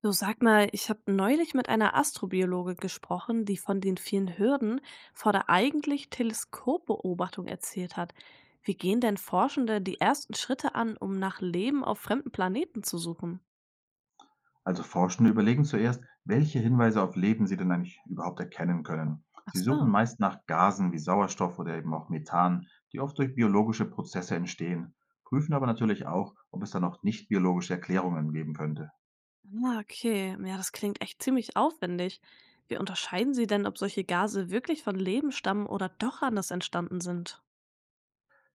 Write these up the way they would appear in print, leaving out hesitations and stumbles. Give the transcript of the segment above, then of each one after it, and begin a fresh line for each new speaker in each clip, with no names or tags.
Du, sag mal, ich habe neulich mit einer Astrobiologin gesprochen, die von den vielen Hürden vor der eigentlich Teleskopbeobachtung erzählt hat. Wie gehen denn Forschende die ersten Schritte an, um nach Leben auf fremden Planeten zu suchen?
Also Forschende überlegen zuerst, welche Hinweise auf Leben sie denn eigentlich überhaupt erkennen können.
Ach
Sie suchen
so.
meist nach Gasen wie Sauerstoff oder eben auch Methan, die oft durch biologische Prozesse entstehen, prüfen aber natürlich auch, ob es da noch nicht biologische Erklärungen geben könnte.
Ah, okay. Ja, das klingt echt ziemlich aufwendig. Wie unterscheiden sie denn, ob solche Gase wirklich von Leben stammen oder doch anders entstanden sind?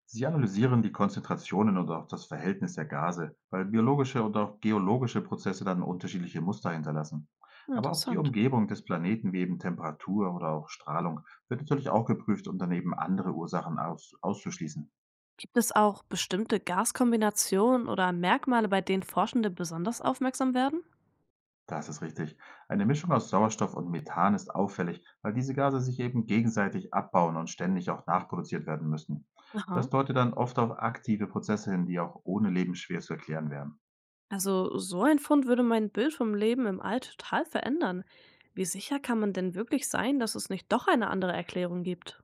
Sie analysieren die Konzentrationen und auch das Verhältnis der Gase, weil biologische und auch geologische Prozesse dann unterschiedliche Muster hinterlassen.
Hm,
Aber auch die
interessant.
Umgebung des Planeten wie eben Temperatur oder auch Strahlung wird natürlich auch geprüft, um daneben andere Ursachen auszuschließen.
Gibt es auch bestimmte Gaskombinationen oder Merkmale, bei denen Forschende besonders aufmerksam werden?
Das ist richtig. Eine Mischung aus Sauerstoff und Methan ist auffällig, weil diese Gase sich eben gegenseitig abbauen und ständig auch nachproduziert werden müssen.
Aha.
Das deutet dann oft auf aktive Prozesse hin, die auch ohne Leben schwer zu erklären wären.
Also so ein Fund würde mein Bild vom Leben im All total verändern. Wie sicher kann man denn wirklich sein, dass es nicht doch eine andere Erklärung gibt?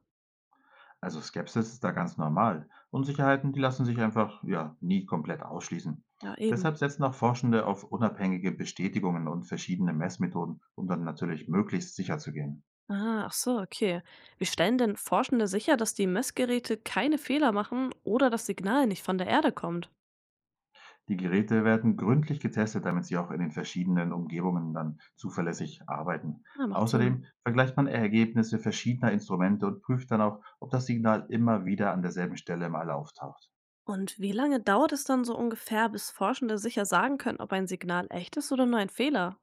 Also Skepsis ist da ganz normal. Unsicherheiten, die lassen sich einfach ja nie komplett ausschließen.
Ja, eben.
Deshalb setzen auch Forschende auf unabhängige Bestätigungen und verschiedene Messmethoden, um dann natürlich möglichst sicher zu gehen.
Ah, ach so, okay. Wie stellen denn Forschende sicher, dass die Messgeräte keine Fehler machen oder das Signal nicht von der Erde kommt?
Die Geräte werden gründlich getestet, damit sie auch in den verschiedenen Umgebungen dann zuverlässig arbeiten.
Na, macht Sinn.
Außerdem vergleicht man Ergebnisse verschiedener Instrumente und prüft dann auch, ob das Signal immer wieder an derselben Stelle mal auftaucht.
Und wie lange dauert es dann so ungefähr, bis Forschende sicher sagen können, ob ein Signal echt ist oder nur ein Fehler?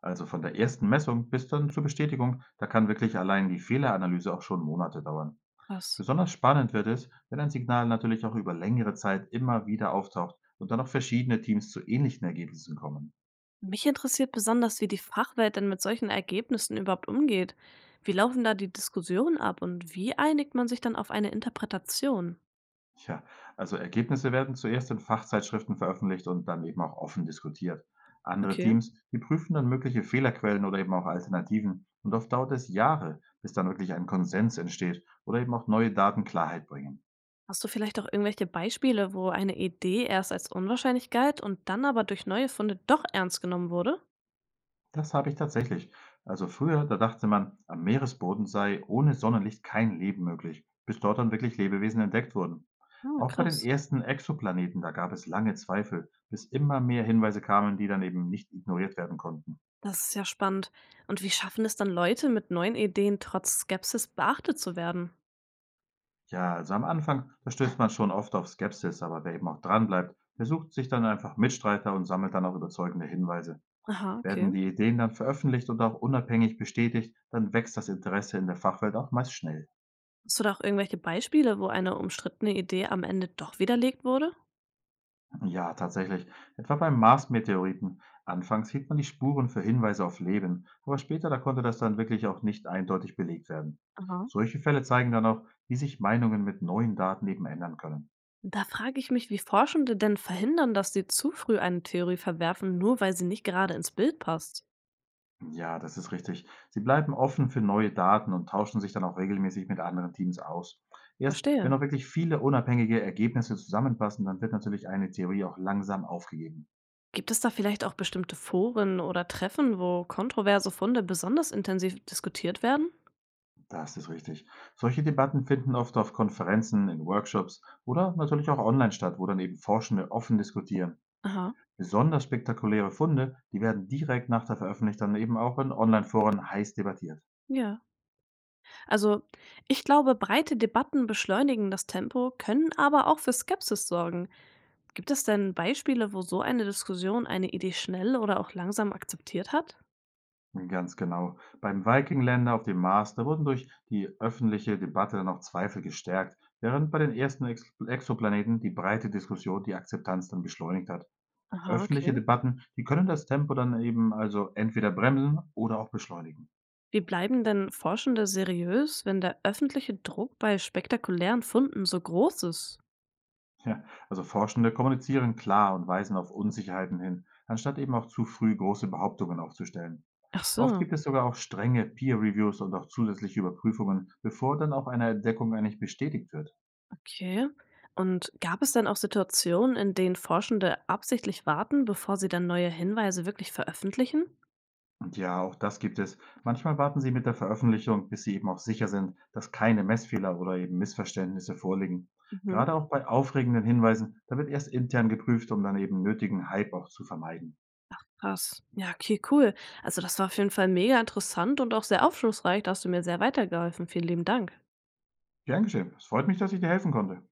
Also von der ersten Messung bis dann zur Bestätigung, da kann wirklich allein die Fehleranalyse auch schon Monate dauern.
Krass.
Besonders spannend wird es, wenn ein Signal natürlich auch über längere Zeit immer wieder auftaucht und dann auch verschiedene Teams zu ähnlichen Ergebnissen kommen.
Mich interessiert besonders, wie die Fachwelt denn mit solchen Ergebnissen überhaupt umgeht. Wie laufen da die Diskussionen ab und wie einigt man sich dann auf eine Interpretation?
Tja, also Ergebnisse werden zuerst in Fachzeitschriften veröffentlicht und dann eben auch offen diskutiert. Andere
Okay.
Teams, die prüfen dann mögliche Fehlerquellen oder eben auch Alternativen. Und oft dauert es Jahre, bis dann wirklich ein Konsens entsteht oder eben auch neue Daten Klarheit bringen.
Hast du vielleicht auch irgendwelche Beispiele, wo eine Idee erst als unwahrscheinlich galt und dann aber durch neue Funde doch ernst genommen wurde?
Das habe ich tatsächlich. Also früher, da dachte man, am Meeresboden sei ohne Sonnenlicht kein Leben möglich, bis dort dann wirklich Lebewesen entdeckt wurden.
Ah,
Auch bei den
krass.
ersten Exoplaneten, da gab es lange Zweifel, bis immer mehr Hinweise kamen, die dann eben nicht ignoriert werden konnten.
Das ist ja spannend. Und wie schaffen es dann Leute, mit neuen Ideen trotz Skepsis beachtet zu werden?
Ja, also am Anfang, da stößt man schon oft auf Skepsis, aber wer eben auch dranbleibt, der sucht sich dann einfach Mitstreiter und sammelt dann auch überzeugende Hinweise.
Aha, okay.
Werden die Ideen dann veröffentlicht und auch unabhängig bestätigt, dann wächst das Interesse in der Fachwelt auch meist schnell.
Hast du da auch irgendwelche Beispiele, wo eine umstrittene Idee am Ende doch widerlegt wurde?
Ja, tatsächlich. Etwa beim Mars-Meteoriten. Anfangs hielt man die Spuren für Hinweise auf Leben, aber später, da konnte das dann wirklich auch nicht eindeutig belegt werden.
Aha.
Solche Fälle zeigen dann auch, wie sich Meinungen mit neuen Daten eben ändern können.
Da frage ich mich, wie Forschende denn verhindern, dass sie zu früh eine Theorie verwerfen, nur weil sie nicht gerade ins Bild passt.
Ja, das ist richtig. Sie bleiben offen für neue Daten und tauschen sich dann auch regelmäßig mit anderen Teams aus. Erst wenn
Verstehe.
auch wirklich viele unabhängige Ergebnisse zusammenpassen, dann wird natürlich eine Theorie auch langsam aufgegeben.
Gibt es da vielleicht auch bestimmte Foren oder Treffen, wo kontroverse Funde besonders intensiv diskutiert werden?
Das ist richtig. Solche Debatten finden oft auf Konferenzen, in Workshops oder natürlich auch online statt, wo dann eben Forschende offen diskutieren.
Aha.
Besonders spektakuläre Funde, die werden direkt nach der Veröffentlichung dann eben auch in Online-Foren heiß debattiert.
Ja. Also, ich glaube, breite Debatten beschleunigen das Tempo, können aber auch für Skepsis sorgen. Gibt es denn Beispiele, wo so eine Diskussion eine Idee schnell oder auch langsam akzeptiert hat?
Ganz genau. Beim Viking-Länder auf dem Mars, da wurden durch die öffentliche Debatte noch Zweifel gestärkt, während bei den ersten Ex Exoplaneten die breite Diskussion die Akzeptanz dann beschleunigt hat.
Aha, okay.
Öffentliche Debatten, die können das Tempo dann eben also entweder bremsen oder auch beschleunigen.
Wie bleiben denn Forschende seriös, wenn der öffentliche Druck bei spektakulären Funden so groß ist?
Ja, also Forschende kommunizieren klar und weisen auf Unsicherheiten hin, anstatt eben auch zu früh große Behauptungen aufzustellen.
Ach
Oft
so,
gibt es sogar auch strenge Peer-Reviews und auch zusätzliche Überprüfungen, bevor dann auch eine Entdeckung eigentlich bestätigt wird.
okay. Und gab es dann auch Situationen, in denen Forschende absichtlich warten, bevor sie dann neue Hinweise wirklich veröffentlichen?
Und ja, auch das gibt es. Manchmal warten sie mit der Veröffentlichung, bis sie eben auch sicher sind, dass keine Messfehler oder eben Missverständnisse vorliegen.
Mhm.
Gerade auch bei aufregenden Hinweisen, da wird erst intern geprüft, um dann eben nötigen Hype auch zu vermeiden.
Krass. Ja, okay, cool. Also das war auf jeden Fall mega interessant und auch sehr aufschlussreich. Da hast du mir sehr weitergeholfen. Vielen lieben Dank.
Gern geschehen. Es freut mich, dass ich dir helfen konnte.